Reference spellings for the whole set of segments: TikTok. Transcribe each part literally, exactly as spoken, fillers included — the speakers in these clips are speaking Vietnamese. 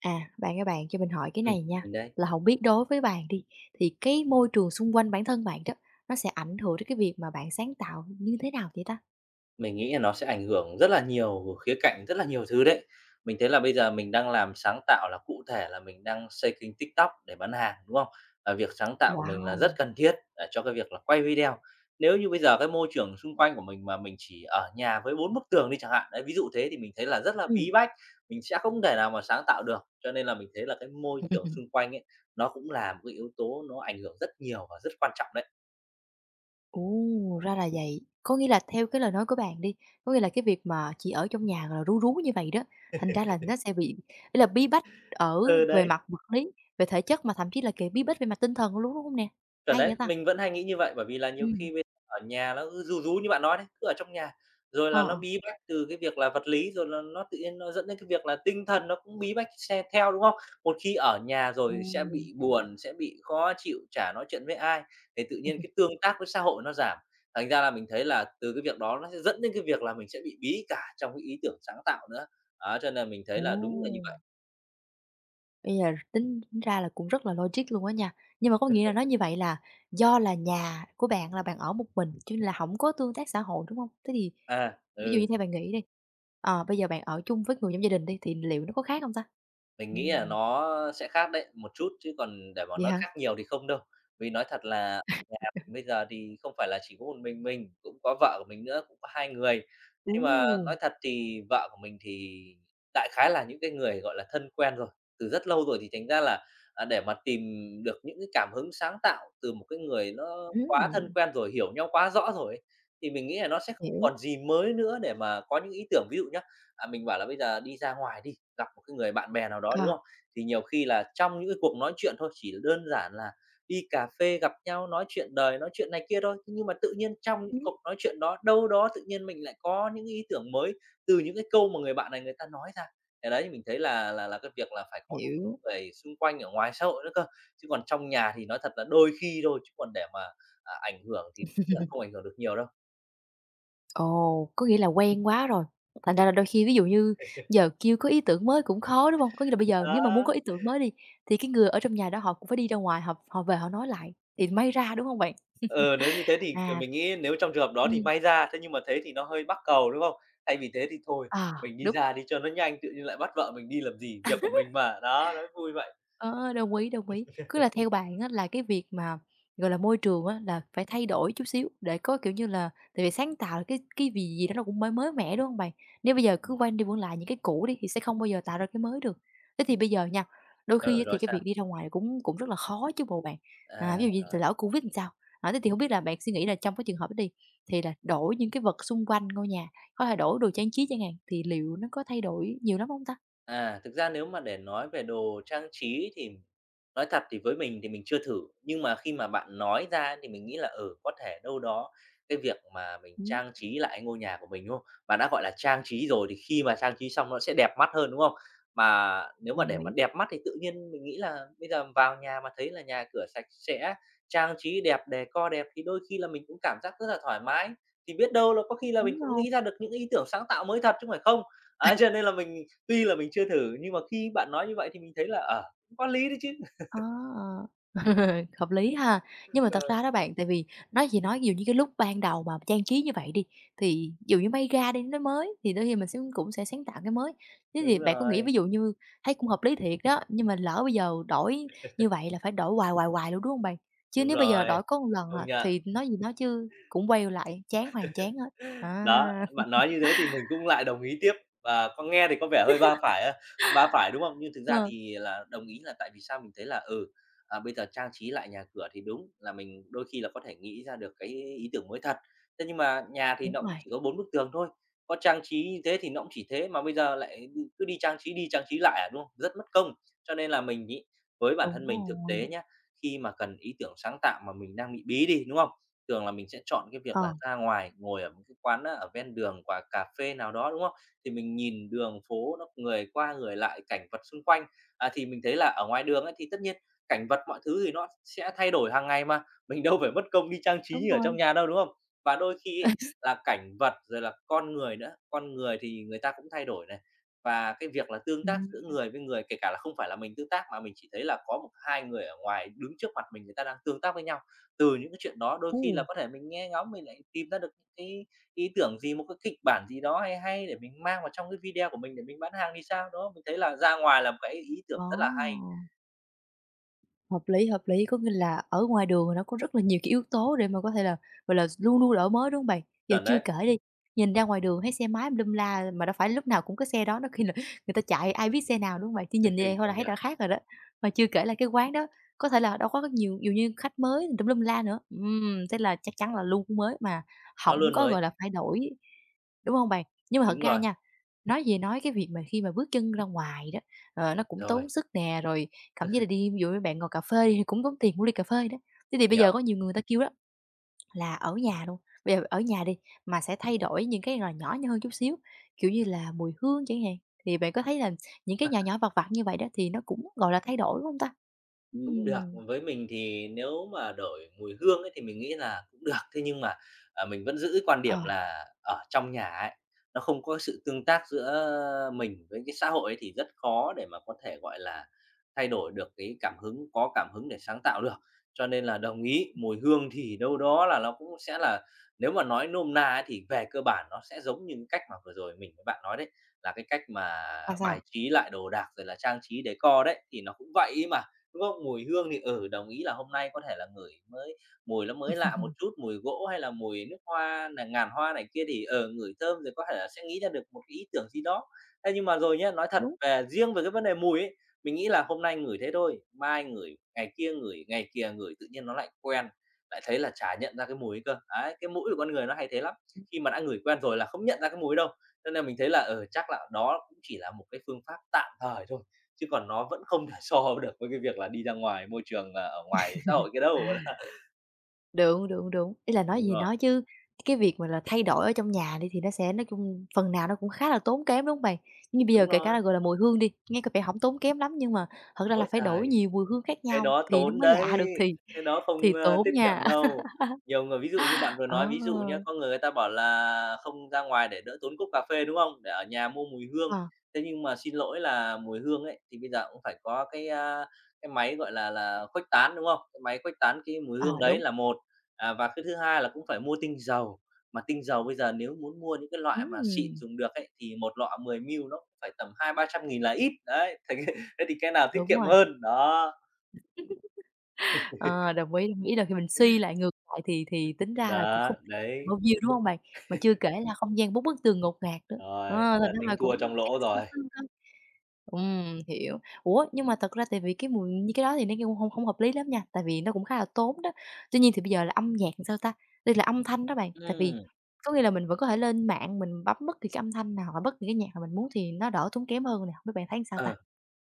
À, bạn ơi bạn cho mình hỏi cái Ừ này nha, mình đây, là không biết đối với bạn đi, thì cái môi trường xung quanh bản thân bạn đó, nó sẽ ảnh hưởng đến cái việc mà bạn sáng tạo như thế nào vậy ta? mình nghĩ là nó sẽ ảnh hưởng rất là nhiều khía cạnh, rất là nhiều thứ đấy. Mình thấy là bây giờ mình đang làm sáng tạo là cụ thể là mình đang xây kênh TikTok để bán hàng, đúng không? Và việc sáng tạo của mình là rất Wow! cần thiết, à, cho cái việc là quay video. Nếu như bây giờ cái môi trường xung quanh của mình mà mình chỉ ở nhà với bốn bức tường đi chẳng hạn, đấy, ví dụ thế thì mình thấy là rất là Ừ. bí bách, mình sẽ không thể nào mà sáng tạo được. Cho nên là mình thấy là cái môi trường xung quanh ấy, nó cũng là một cái yếu tố nó ảnh hưởng rất nhiều và rất quan trọng đấy. Ồ, ra là vậy. Có nghĩa là theo cái lời nói của bạn đi, có nghĩa là cái việc mà chỉ ở trong nhà, gọi là, ru rú như vậy đó, thành ra là nó sẽ bị ý là bí bách ở Ừ, về đấy. mặt vật lý, về thể chất mà thậm chí là kể bí bách về mặt tinh thần luôn, đúng không nè? Chuẩn Hay đấy, vậy ta? mình vẫn hay nghĩ như vậy, bởi vì là nhiều Ừ. khi bây ở nhà nó cứ ru rú như bạn nói đấy, cứ ở trong nhà, rồi là ờ, nó ờ. bí bách từ cái việc là vật lý, rồi là nó tự nhiên nó dẫn đến cái việc là tinh thần nó cũng bí bách xe theo, đúng không? Một khi ở nhà rồi sẽ Ừm. bị buồn, sẽ bị khó chịu, chả nói chuyện với ai, thì tự nhiên cái tương tác với xã hội nó giảm. Thành ra là mình thấy là từ cái việc đó nó sẽ dẫn đến cái việc là mình sẽ bị bí cả trong cái ý tưởng sáng tạo nữa. Đó, cho nên là mình thấy là đúng là như Ồ! vậy. Bây giờ tính ra là cũng rất là logic luôn á nha. Nhưng mà có nghĩa là nói như vậy là do là nhà của bạn là bạn ở một mình, cho nên là hổng có tương tác xã hội, đúng hông? Thế thì À, ví dụ ừ. như theo bạn nghĩ đi, ờ, bây giờ bạn ở chung với người trong gia đình đi, thì liệu nó có khác hông ta? Mình nghĩ là Ừm, nó sẽ khác đấy, một chút, chứ còn để mà vậy nói hả? khác nhiều thì không đâu. Vì nói thật là nhà mình bây giờ thì không phải là chỉ có một mình mình, cũng có vợ của mình nữa, cũng có hai người. Ồ! Nhưng mà nói thật thì vợ của mình thì đại khái là những cái người, gọi là, thân quen rồi, từ rất lâu rồi thì thành ra là, à, để mà tìm được những cái cảm hứng sáng tạo từ một cái người nó quá Ừm, thân quen rồi, hiểu nhau quá rõ rồi ấy, thì mình nghĩ là nó sẽ không hiểu. còn gì mới nữa để mà có những ý tưởng. Ví dụ nhá, à, mình bảo là bây giờ đi ra ngoài đi, gặp một cái người bạn bè nào đó, đúng Ờ, không? Thì nhiều khi là trong những cái cuộc nói chuyện thôi, chỉ đơn giản là đi cà phê gặp nhau nói chuyện đời, nói chuyện này kia thôi. Thế nhưng mà tự nhiên trong những ừm, cuộc nói chuyện đó, đâu đó tự nhiên mình lại có những ý tưởng mới từ những cái câu mà người bạn này người ta nói ra. Cái đấy thì mình thấy là là là cái việc là phải có những hiểu. người xung quanh ở ngoài xã hội nữa cơ, chứ còn trong nhà thì nói thật là đôi khi thôi, chứ còn để mà, à, ảnh hưởng thì là không ảnh hưởng được nhiều đâu. Ồ, có nghĩa là quen quá rồi, thành ra là đôi khi ví dụ như giờ kêu có ý tưởng mới cũng khó, đúng không? Có nghĩa là bây giờ nếu mà muốn Đó. có ý tưởng mới đi, thì cái người ở trong nhà đó họ cũng phải đi ra ngoài, họ họ về họ nói lại thì may ra, đúng không bạn? Ờ, nếu như thế thì, ờ, À. mình nghĩ nếu trong trường hợp đó thì Ừm, may ra, thế nhưng mà thế thì nó hơi mắc cầu, đúng không? Thay vì thế thì thôi, à, mình đi đúng. ra đi cho nó nhanh, tự nhiên lại bắt vợ mình đi làm gì, việc của mình mà. Đó, nó vui vậy. Ờ, đồng ý, đồng ý. Cứ là theo bạn á là cái việc mà, gọi là, môi trường á là phải thay đổi chút xíu để có, kiểu như là tại vì sáng tạo là cái cái gì gì đó nó cũng mới mới mẻ, đúng không bạn? Nếu bây giờ Ừm. cứ quanh đi quẩn lại những cái cũ đi thì sẽ không bao giờ tạo ra cái mới được. Thế thì bây giờ nha, đôi khi Ờ, á thì rồi cái sao? việc đi ra ngoài cũng cũng rất là khó chứ bộ bạn. À, ví À. dụ như lỡ Covid làm sao? À, thế thì không biết là bạn suy nghĩ là trong cái trường hợp đó đi, thì là đổi những cái vật xung quanh ngôi nhà, có thể đổi đồ trang trí chẳng hạn, thì liệu nó có thay đổi nhiều lắm không ta? À, thực ra nếu mà để nói về đồ trang trí thì nói thật thì với mình thì mình chưa thử, nhưng mà khi mà bạn nói ra thì mình nghĩ là, ừ, có thể đâu đó cái việc mà mình Ừm, trang trí lại ngôi nhà của mình, đúng không? Bạn đã gọi là trang trí rồi thì khi mà trang trí xong nó sẽ đẹp mắt hơn, đúng không? Mà nếu mà đồng để mà ý. đẹp mắt thì tự nhiên mình nghĩ là bây giờ vào nhà mà thấy là nhà cửa sạch sẽ, trang trí đẹp, đề co đẹp thì đôi khi là mình cũng cảm giác rất là thoải mái, thì biết đâu là có khi là mình Đúng cũng rồi. nghĩ ra được những ý tưởng sáng tạo mới thật chứ không phải không? Ấy, cho nên là mình tuy là mình chưa thử nhưng mà khi bạn nói như vậy thì mình thấy là, ờ, cũng có lý đấy chứ. Ờ, hợp lý ha. Nhưng mà thật Rồi. ra đó bạn, tại vì nói gì nói, dù như cái lúc ban đầu mà trang trí như vậy đi, thì dù như may ra đi, nó mới, thì đôi khi mình sẽ cũng sẽ sáng tạo cái mới. Thế thì Đúng bạn có nghĩ rồi, ví dụ như thấy cũng hợp lý thiệt đó, nhưng mà lỡ bây giờ đổi như vậy là phải đổi hoài, hoài, hoài luôn, đúng không bạn? Chứ đúng nếu bây giờ đổi rồi, có một lần à, công thì nhận. nói gì nói chứ cũng quay lại, chán hoàn chán hết. Đó, À, bạn nói như thế thì mình cũng lại đồng ý tiếp, và có nghe thì có vẻ hơi ba phải ha, ba phải, đúng không? Nhưng thực ra ờ, thì là đồng ý là tại vì sao mình thấy là, ừ, à, bây giờ trang trí lại nhà cửa thì đúng là mình đôi khi là có thể nghĩ ra được cái ý tưởng mới thật. Thế nhưng mà nhà thì đúng nó cũng rồi, chỉ có bốn bức tường thôi, có trang trí như thế thì nó cũng chỉ thế, mà bây giờ lại đi cứ đi trang trí đi trang trí lại à, đúng không? Rất mất công. Cho nên là mình nghĩ với bản đúng thân mình thực tế rồi, nhá, khi mà cần ý tưởng sáng tạo mà mình đang bị bí đi, đúng không? Thường là mình sẽ chọn cái việc ờ, là ra ngoài, ngồi ở một cái quán á, ở ven đường quả cà phê nào đó, đúng không? Thì mình nhìn đường phố nó người qua người lại, cảnh vật xung quanh, à, thì mình thấy là ở ngoài đường ấy, thì tất nhiên cảnh vật mọi thứ thì nó sẽ thay đổi hàng ngày mà, mình đâu phải mất công đi trang trí đúng như ở rồi, trong nhà đâu, đúng không? Và đôi khi ấy, là cảnh vật rồi là con người nữa, con người thì người ta cũng thay đổi này. Và cái việc là tương tác giữa ừm, người với người, kể cả là không phải là mình tương tác mà mình chỉ thấy là có một hai người ở ngoài đứng trước mặt mình, người ta đang tương tác với nhau, từ những cái chuyện đó đôi ồ, khi là có thể mình nghe ngóng mình lại tìm ra được những cái ý tưởng gì, một cái kịch bản gì đó hay hay để mình mang vào trong cái video của mình để mình bán hàng thì sao, đó mình thấy là ra ngoài là một cái ý tưởng rất là hay. đó. Hợp lý, hợp lý, có nghĩa là ở ngoài đường nó có rất là nhiều cái yếu tố để mà có thể là, gọi là, luôn luôn đổi mới, đúng không bạn? Giờ Chuẩn chưa đấy, kể đi, nhìn ra ngoài đường thấy xe máy tùm la mà đâu phải lúc nào cũng có xe đó, nó khi là người ta chạy ai biết xe nào, đúng không bạn? Chỉ nhìn như vậy thôi là công thấy đã nhận, khác rồi đó. Mà chưa kể là cái quán đó có thể là đâu có nhiều nhiều như khách mới tùm lum la nữa, ừm, thế là chắc chắn là luôn mới mà nó hổng luôn có, gọi mới. là, phải đổi, đúng không bạn? Nhưng mà thật Đúng ra rồi, nha, nói gì nói cái việc mà khi mà bước chân ra ngoài đó, ờ, nó cũng tốn rồi, sức nè, rồi cảm giác là đi ví dụ như bạn ngồi cà phê đi thì cũng tốn tiền mua ly cà phê đó. Thế thì bây giờ hiểu. có nhiều người người ta kêu đó là ở nhà luôn, bây giờ ở nhà đi, mà sẽ thay đổi những cái là nhỏ hơn chút xíu, kiểu như là mùi hương chẳng hạn, thì bạn có thấy là những cái nhỏ nhỏ, vặt vặt như vậy đó thì nó cũng, gọi là, thay đổi, đúng hông ta? Cũng được, Ừm, với mình thì nếu mà đổi mùi hương ấy thì mình nghĩ là cũng được. Thế nhưng mà, à, mình vẫn giữ quan điểm ờ, là ở trong nhà ấy, nó không có sự tương tác giữa mình với cái xã hội ấy thì rất khó để mà có thể, gọi là, thay đổi được cái cảm hứng có cảm hứng để sáng tạo được. Cho nên là đồng ý, mùi hương thì đâu đó là nó cũng sẽ là nếu mà nói nôm na ấy thì về cơ bản nó sẽ giống như cái cách mà vừa rồi mình với bạn nói đấy, là cái cách mà là sao? bài trí lại đồ đạc rồi là trang trí decor đấy, thì nó cũng vậy mà đúng không? Mùi hương thì, ở đồng ý là hôm nay có thể là ngửi mới mùi nó mới lạ một chút, mùi gỗ hay là mùi nước hoa nà ngàn hoa này kia thì, ở ngửi thơm rồi có thể là sẽ nghĩ ra được một cái ý tưởng gì đó. Thế nhưng mà rồi nhé nói thật Đúng. về riêng về cái vấn đề mùi ấy, mình nghĩ là hôm nay ngửi thế thôi, mai ngửi, ngày kia ngửi, ngày kia ngửi tự nhiên nó lại quen, lại thấy là chả nhận ra cái mùi ấy cơ. Đấy, cái mũi của con người nó hay thế lắm, khi mà đã ngửi quen rồi là không nhận ra cái mùi đâu. Cho nên mình thấy là, ở chắc là đó cũng chỉ là một cái phương pháp tạm thời thôi chứ còn nó vẫn không thể so được với cái việc là đi ra ngoài môi trường, à, ở ngoài xã hội kia đâu. Đúng, đúng, đúng. Ý là nói Đúng gì rồi, nói chứ cái việc mà là thay đổi ở trong nhà đi thì nó sẽ nói chung phần nào nó cũng khá là tốn kém, đúng không bạn? Như bây giờ đúng kể cả rồi, là, gọi là, mùi hương đi, nghe có vẻ hổng tốn kém lắm nhưng mà thật ra là ối phải đổi giời! nhiều mùi hương khác Cái nhau đó thì nó tốn mới lạ đấy, được thì cái đó thì không, ơ, tiết tốn kiệm nha. đâu. Nhiều người ví dụ như bạn vừa nói ví dụ nhé, Ờ, có người người ta bảo là không ra ngoài để đỡ tốn cốc cà phê, đúng không? Để ở nhà mua mùi hương. ờ, Thế nhưng mà xin lỗi là mùi hương ấy, thì bây giờ cũng phải có cái, a, cái máy, gọi là là, khuếch tán, đúng không? Cái máy khuếch tán cái mùi ờ, hương đấy đúng. là một, à, và cái thứ hai là cũng phải mua tinh dầu, mà tinh dầu bây giờ nếu muốn mua những cái loại mà xịn Ừm, dùng được ấy, thì một lọ mười mi li lít nó cũng phải tầm hai ba trăm nghìn là ít. Đấy, thành thế thì cái nào tiết đúng kiệm rồi. hơn, đó. Ờ, đồng ý, đồng ý là khi mình suy lại ngược lại thì thì tính ra là cũng không Đó, tiết kiệm được đấy, bao nhiêu, đúng hông bạn? Mà chưa kể là không gian bốn bức tường ngột ngạt nữa, ờ, rồi, thế thành là ra là tính cũng thua trong chỉ là lỗ sương rồi. sương thôi. Ừm, hiểu. Ủa, nhưng mà thật ra tại vì cái mùi như cái đó thì nó nghe cũng hông hông hợp lý lắm nha, tại vì nó cũng khá là tốn đó. Tuy nhiên thì bây giờ là âm nhạc làm sao ta? Đây là âm thanh đó bạn, tại vì Ừm, có nghĩa là mình vẫn có thể lên mạng mình bấm bất kỳ cái âm thanh nào hoặc bất kỳ cái nhạc nào mình muốn thì nó đỡ tốn kém hơn nè, hông biết bạn thấy sao ta? ờ.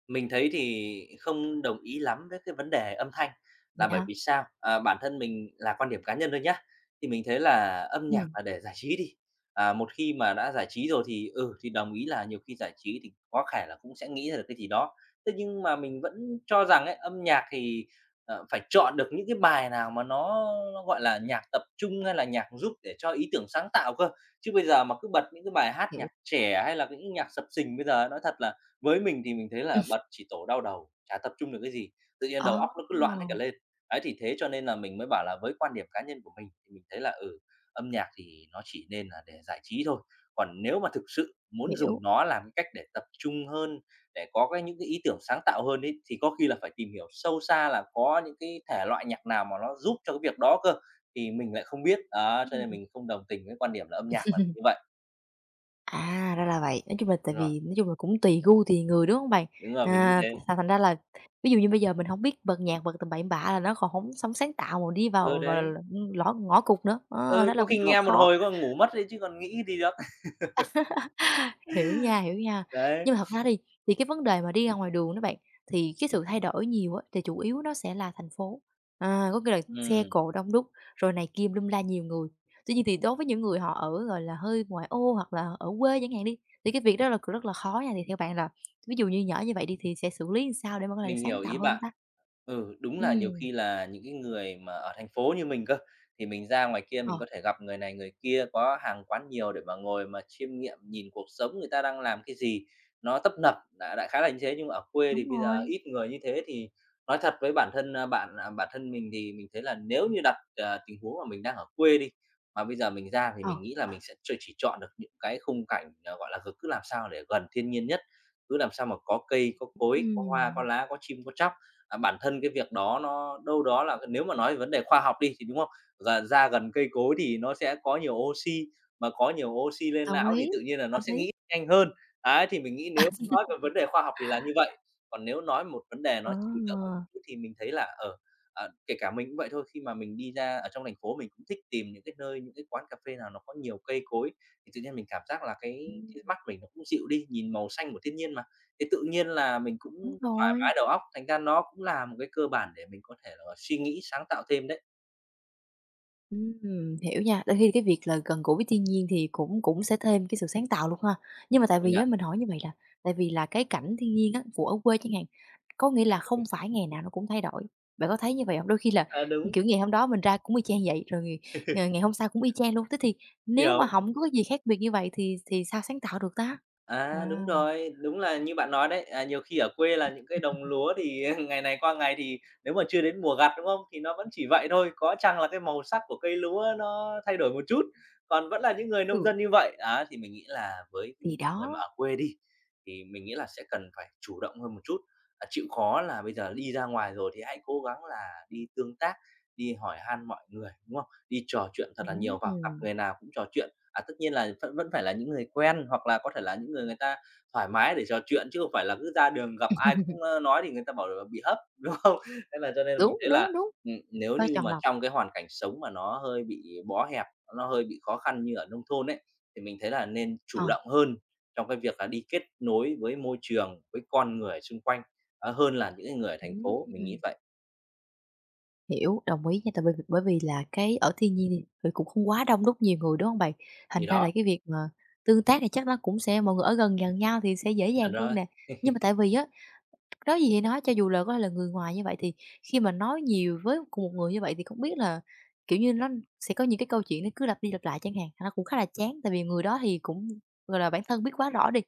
Mình thấy thì không đồng ý lắm với cái vấn đề âm thanh Vậy là bởi hả? vì sao? À, bản thân mình là quan điểm cá nhân thôi nhá, thì mình thấy là âm nhạc Ừm, là để giải trí đi. À, một khi mà đã giải trí rồi thì, ừ, thì đồng ý là nhiều khi giải trí thì có thể là cũng sẽ nghĩ ra được cái gì đó. Thế nhưng mà mình vẫn cho rằng ấy, âm nhạc thì, ờ, phải chọn được những cái bài nào mà nó nó, gọi là, nhạc tập trung hay là nhạc giúp để cho ý tưởng sáng tạo cơ. Chứ bây giờ mà cứ bật những cái bài hát hiểu. nhạc trẻ hay là những nhạc sập sình bây giờ nói thật là với mình thì mình thấy là Ừm. bật chỉ tổ đau đầu, chả tập trung được cái gì, tự nhiên đầu Ờ, óc nó cứ loạn hết cả lên. Đấy, thì thế cho nên là mình mới bảo là với quan điểm cá nhân của mình thì mình thấy là, ừ, âm nhạc thì nó chỉ nên là để giải trí thôi, còn nếu mà thực sự muốn dùng hiểu. nó làm cái cách để tập trung hơn, để có cái những cái ý tưởng sáng tạo hơn ấy, thì có khi là phải tìm hiểu sâu xa là có những cái thể loại nhạc nào mà nó giúp cho cái việc đó cơ, thì mình lại không biết. Đó, cho nên Ừm. mình không đồng tình với quan điểm là âm nhạc là như vậy. À, ra là vậy. Nói chung là tại Đúng rồi, vì nói chung là cũng tùy gu, tùy người, đúng hông bạn? đúng rồi, mình nghĩ À, thế. thành thành ra là ví dụ như bây giờ mình hổng biết bật nhạc bật tầm bậy tầm bạ là nó còn hổng sống sáng tạo mà đi vào, Ừ, gọi đấy. là, ưm, lõ ngõ cụt nữa, ờ, đó Ừ, là có cũng khi rất là nghe một khó. hồi có ngủ mất đấy chứ còn nghĩ gì được. Hiểu nha, hiểu nha. Đấy, Nhưng mà thật ra đi, thì cái vấn đề mà đi ra ngoài đường đó bạn, thì cái sự thay đổi nhiều á, thì chủ yếu nó sẽ là thành phố. À, có nghĩa là xe ừm. cộ đông đúc, rồi này kia lum la nhiều người. Tuy nhiên thì đối với những người họ ở, gọi là, hơi ngoại ô hoặc là ở quê chẳng hạn đi, thì cái việc đó là c rất là khó nha. Thì theo bạn là ví dụ như nhỏ như vậy đi thì sẽ xử lý làm sao để mà có thể là Mình sáng hiểu tạo ý hơn bạn. ta? Ừ, đúng là nhiều Ừm, khi là những cái người mà ở thành phố như mình cơ, thì mình ra ngoài kia ờ, mình có thể gặp người này người kia, có hàng quán nhiều để mà ngồi mà chiêm nghiệm, nhìn cuộc sống người ta đang làm cái gì, nó tấp nập, đã đã khá là như thế. Nhưng mà ở quê thì đúng bây giờ rồi, ít người như thế thì nói thật với bản thân, a, bạn à, bản thân mình thì mình thấy là nếu như đặt, ờ, tình huống mà mình đang ở quê đi, mà bây giờ mình ra thì ờ, mình nghĩ là mình sẽ ch chỉ chọn được những cái khung cảnh, ờ, gọi là, g cứ làm sao để gần thiên nhiên nhất cứ làm sao mà có cây, có cối, có hoa, có ừm, lá, có chim, có chóc. À, bản thân cái việc đó nó đâu đó là nếu mà nói về vấn đề khoa học đi thì, đúng không? Gần ra gần cây cối thì nó sẽ có nhiều oxy, mà có nhiều oxy lên đồng não thì ý, tự nhiên là nó hợp sẽ lý. nghĩ nhanh hơn. Ấy, thì mình nghĩ nếu nói về vấn đề khoa học thì là như vậy. Còn nếu nói một vấn đề Ờ, nó trừu tượng hơn một chút thì mình thấy là, ở ờ, à, kể cả mình cũng vậy thôi, khi mà mình đi ra ở trong thành phố mình cũng thích tìm những cái nơi, những cái quán cà phê nào nó có nhiều cây cối, thì tự nhiên mình cảm giác là cái thì ừm, mắt mình nó cũng dịu đi, nhìn màu xanh của thiên nhiên mà, thế tự nhiên là mình cũng đúng thoải rồi. mái đầu óc, thành ra nó cũng là một cái cơ bản để mình có thể là suy nghĩ sáng tạo thêm đấy. Ừm, hiểu nha. Đôi khi cái việc là gần gũi với thiên nhiên thì cũng cũng sẽ thêm cái sự sáng tạo luôn ha. Nhưng mà tại Công vì á, nhận. mình hỏi như vậy là tại vì là cái cảnh thiên nhiên á, của ở quê chẳng hạn, có nghĩa là không phải ngày nào nó cũng thay đổi. Bạn có thấy như vậy không? Đôi khi là, À, đúng, kiểu, ngày hôm đó mình ra cũng y chang vậy, rồi ngày ngày ngày hôm sau cũng y chang luôn. Thế thì nếu mà hiểu. không có cái gì khác biệt như vậy thì thì sao sáng tạo được ta? À, À, đúng rồi, đúng là như bạn nói đấy, à, nhiều khi ở quê là những cái đồng lúa thì ngày này qua ngày thì nếu mà chưa đến mùa gặt, đúng không? Thì nó vẫn chỉ vậy thôi, có chăng là cái màu sắc của cây lúa nó thay đổi một chút, còn vẫn là những người nông ừ, dân như vậy. Á, thì mình nghĩ là với thì những người mà đó. ở quê đi, thì mình nghĩ là sẽ cần phải chủ động hơn một chút, à, chịu khó là bây giờ đi ra ngoài rồi thì hãy cố gắng là đi tương tác, đi hỏi han mọi người, đúng không? Đi trò chuyện thật là nhiều vào, gặp Ừm, người nào cũng trò chuyện. À, tất nhiên là vẫn vẫn phải là những người quen, hoặc là có thể là những người người ta thoải mái để trò chuyện, chứ không phải là cứ ra đường gặp ai cũng, ơ, nói thì người ta bảo là bị hấp, đúng không? Thế là cho nên là mình đúng, thấy là, đúng, đúng, ừm, nếu có như chọn mà lọc. trong cái hoàn cảnh sống mà nó hơi bị bó hẹp, nó hơi bị khó khăn như ở nông thôn ấy, thì mình thấy là nên Ờ, chủ động hơn trong cái việc là đi kết nối với môi trường, với con người xung quanh, á, hơn là những cái người ở thành phố, mình nghĩ ừm. vậy. Hiểu, đồng ý nha, tại bởi vì bởi vì là cái ở thiên nhiên thì cũng không quá đông đúc nhiều người, đúng hông bạn? Thành Thì ra là đó, cái việc mà tương tác thì chắc nó cũng sẽ mọi người ở gần gần nhau thì sẽ dễ là dàng hơn rồi. nè. Nhưng mà tại vì á, nói gì thì nói, cho dù là có thể là người ngoài như vậy thì khi mà nói nhiều với cùng một người như vậy thì không biết là, kiểu như, nó sẽ có những cái câu chuyện nó cứ lặp đi lặp lại chẳng hạn, nó cũng khá là chán, tại vì người đó thì cũng, gọi là, bản thân biết quá rõ đi.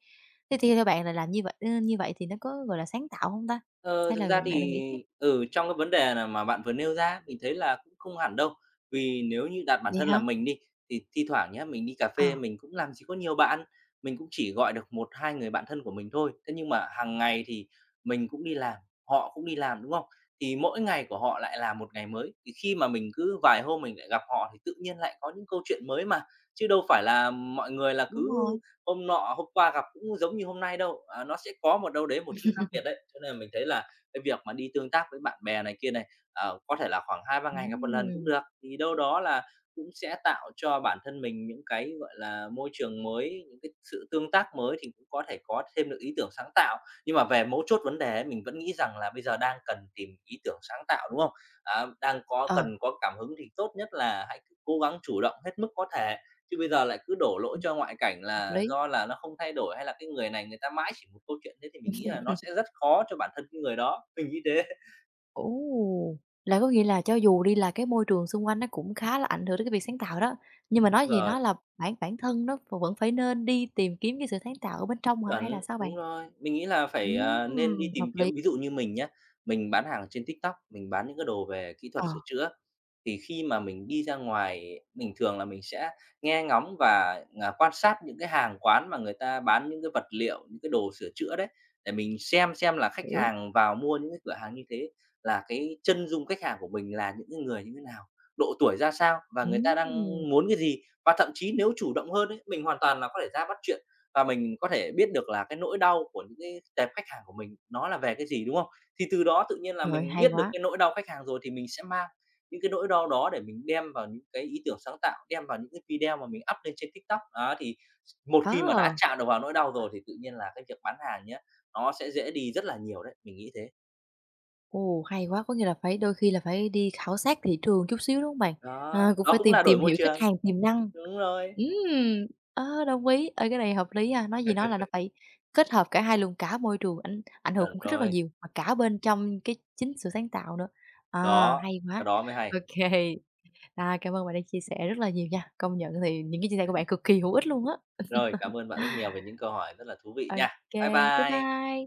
Thế thì theo bạn là làm như vậy như vậy thì nó có, gọi là, sáng tạo không ta? Ờ, Hay thực là ra bạn là nghĩ thì, khác ở trong cái vấn đề là mà bạn vừa nêu ra, mình thấy là cũng không hẳn đâu. Vì nếu như đặt bản vậy thân là hả? mình đi, thì thi thoảng nhé mình đi cà phê Ờ, mình cũng làm gì có nhiều bạn, mình cũng chỉ gọi được một hai người bạn thân của mình thôi. Thế nhưng mà hàng ngày thì mình cũng đi làm, họ cũng đi làm, đúng không? Thì mỗi ngày của họ lại là một ngày mới, thì khi mà mình cứ vài hôm mình lại gặp họ thì tự nhiên lại có những câu chuyện mới mà, chứ đâu phải là mọi người là cứ đúng rồi. hôm nọ hôm qua gặp cũng giống như hôm nay đâu, à, nó sẽ có một đâu đấy một chút khác biệt đấy. Cho nên là mình thấy là cái việc mà đi tương tác với bạn bè này kia này, ờ, có thể là khoảng hai ba ngày gặp một lần cũng Ừm, được, thì đâu đó là cũng sẽ tạo cho bản thân mình những cái, gọi là, môi trường mới, những cái sự tương tác mới thì cũng có thể có thêm được ý tưởng sáng tạo. Nhưng mà về mấu chốt vấn đề ấy, mình vẫn nghĩ rằng là bây giờ đang cần tìm ý tưởng sáng tạo, đúng không? Á, đang có ờ, cần có cảm hứng thì tốt nhất là hãy cố gắng chủ động hết mức có thể. Chứ bây giờ lại cứ đổ lỗi ừm, cho ngoại cảnh hợp là lý. do là nó không thay đổi, hay là cái người này người ta mãi chỉ một câu chuyện, thế thì mình nghĩ là nó sẽ rất khó cho bản thân cái người đó, mình nghĩ thế. Ồ! Là có nghĩa là cho dù đi là cái môi trường xung quanh nó cũng khá là ảnh hưởng đến cái việc sáng tạo đó, nhưng mà nói Đúng gì rồi. nói là bản bản thân nó v vẫn phải nên đi tìm kiếm cái sự sáng tạo ở bên trong hả, hay là Chuẩn, sao bạn? đúng rồi. Mình nghĩ là phải, à, nên Ừm, đi tìm hợp lý, kiếm ví dụ như mình nhé mình bán hàng trên tóp tóp, mình bán những cái đồ về kỹ thuật ờ, sửa chữa, thì khi mà mình đi ra ngoài mình thường là mình sẽ nghe ngóng và, à, quan sát những cái hàng quán mà người ta bán những cái vật liệu, những cái đồ sửa chữa đấy, để mình xem xem là khách hiểu, hàng vào mua những cái cửa hàng như thế là cái chân dung khách hàng của mình là những cái người như thế nào, độ tuổi ra sao và người ta đang ừm, muốn cái gì. Và thậm chí nếu chủ động hơn ấy, mình hoàn toàn là có thể ra bắt chuyện và mình có thể biết được là cái nỗi đau của những cái tệp khách hàng của mình nó là về cái gì, đúng không? Thì từ đó tự nhiên là trời ơi, mình hay biết được quá. cái nỗi đau khách hàng rồi thì mình sẽ mang những cái nỗi đau đó để mình đem vào những cái ý tưởng sáng tạo, đem vào những cái video mà mình up lên trên tóp tóp. Đó, thì một Ờ, khi mà đã chạm được vào nỗi đau rồi thì tự nhiên là cái việc bán hàng nhá, nó sẽ dễ đi rất là nhiều đấy, mình nghĩ thế. ồ, hay quá, có nghĩa là phải đôi khi là phải đi khảo sát thị trường chút xíu, đúng không bạn? Đó, À, cũng đó phải cũng tìm là đổi tìm môi hiểu khách trường. hàng tiềm năng. Đúng rồi, Ừm, ơ, đồng ý, ê, cái này hợp lý ha, nói gì nói là nó phải kết hợp cả hai luôn, cả môi trường ảnh ảnh hưởng chuẩn cũng rất là rồi. nhiều, mà cả bên trong cái chính sự sáng tạo nữa. À, Đó, hay cái quá, đó mới hay. ô kê à, cảm ơn bạn đã chia sẻ rất là nhiều nha, công nhận thì những cái chia sẻ của bạn cực kỳ hữu ích luôn á. Rồi, cảm ơn bạn rất nhiều về những câu hỏi rất là thú vị nha. ô kê, Bye bye bye. bye.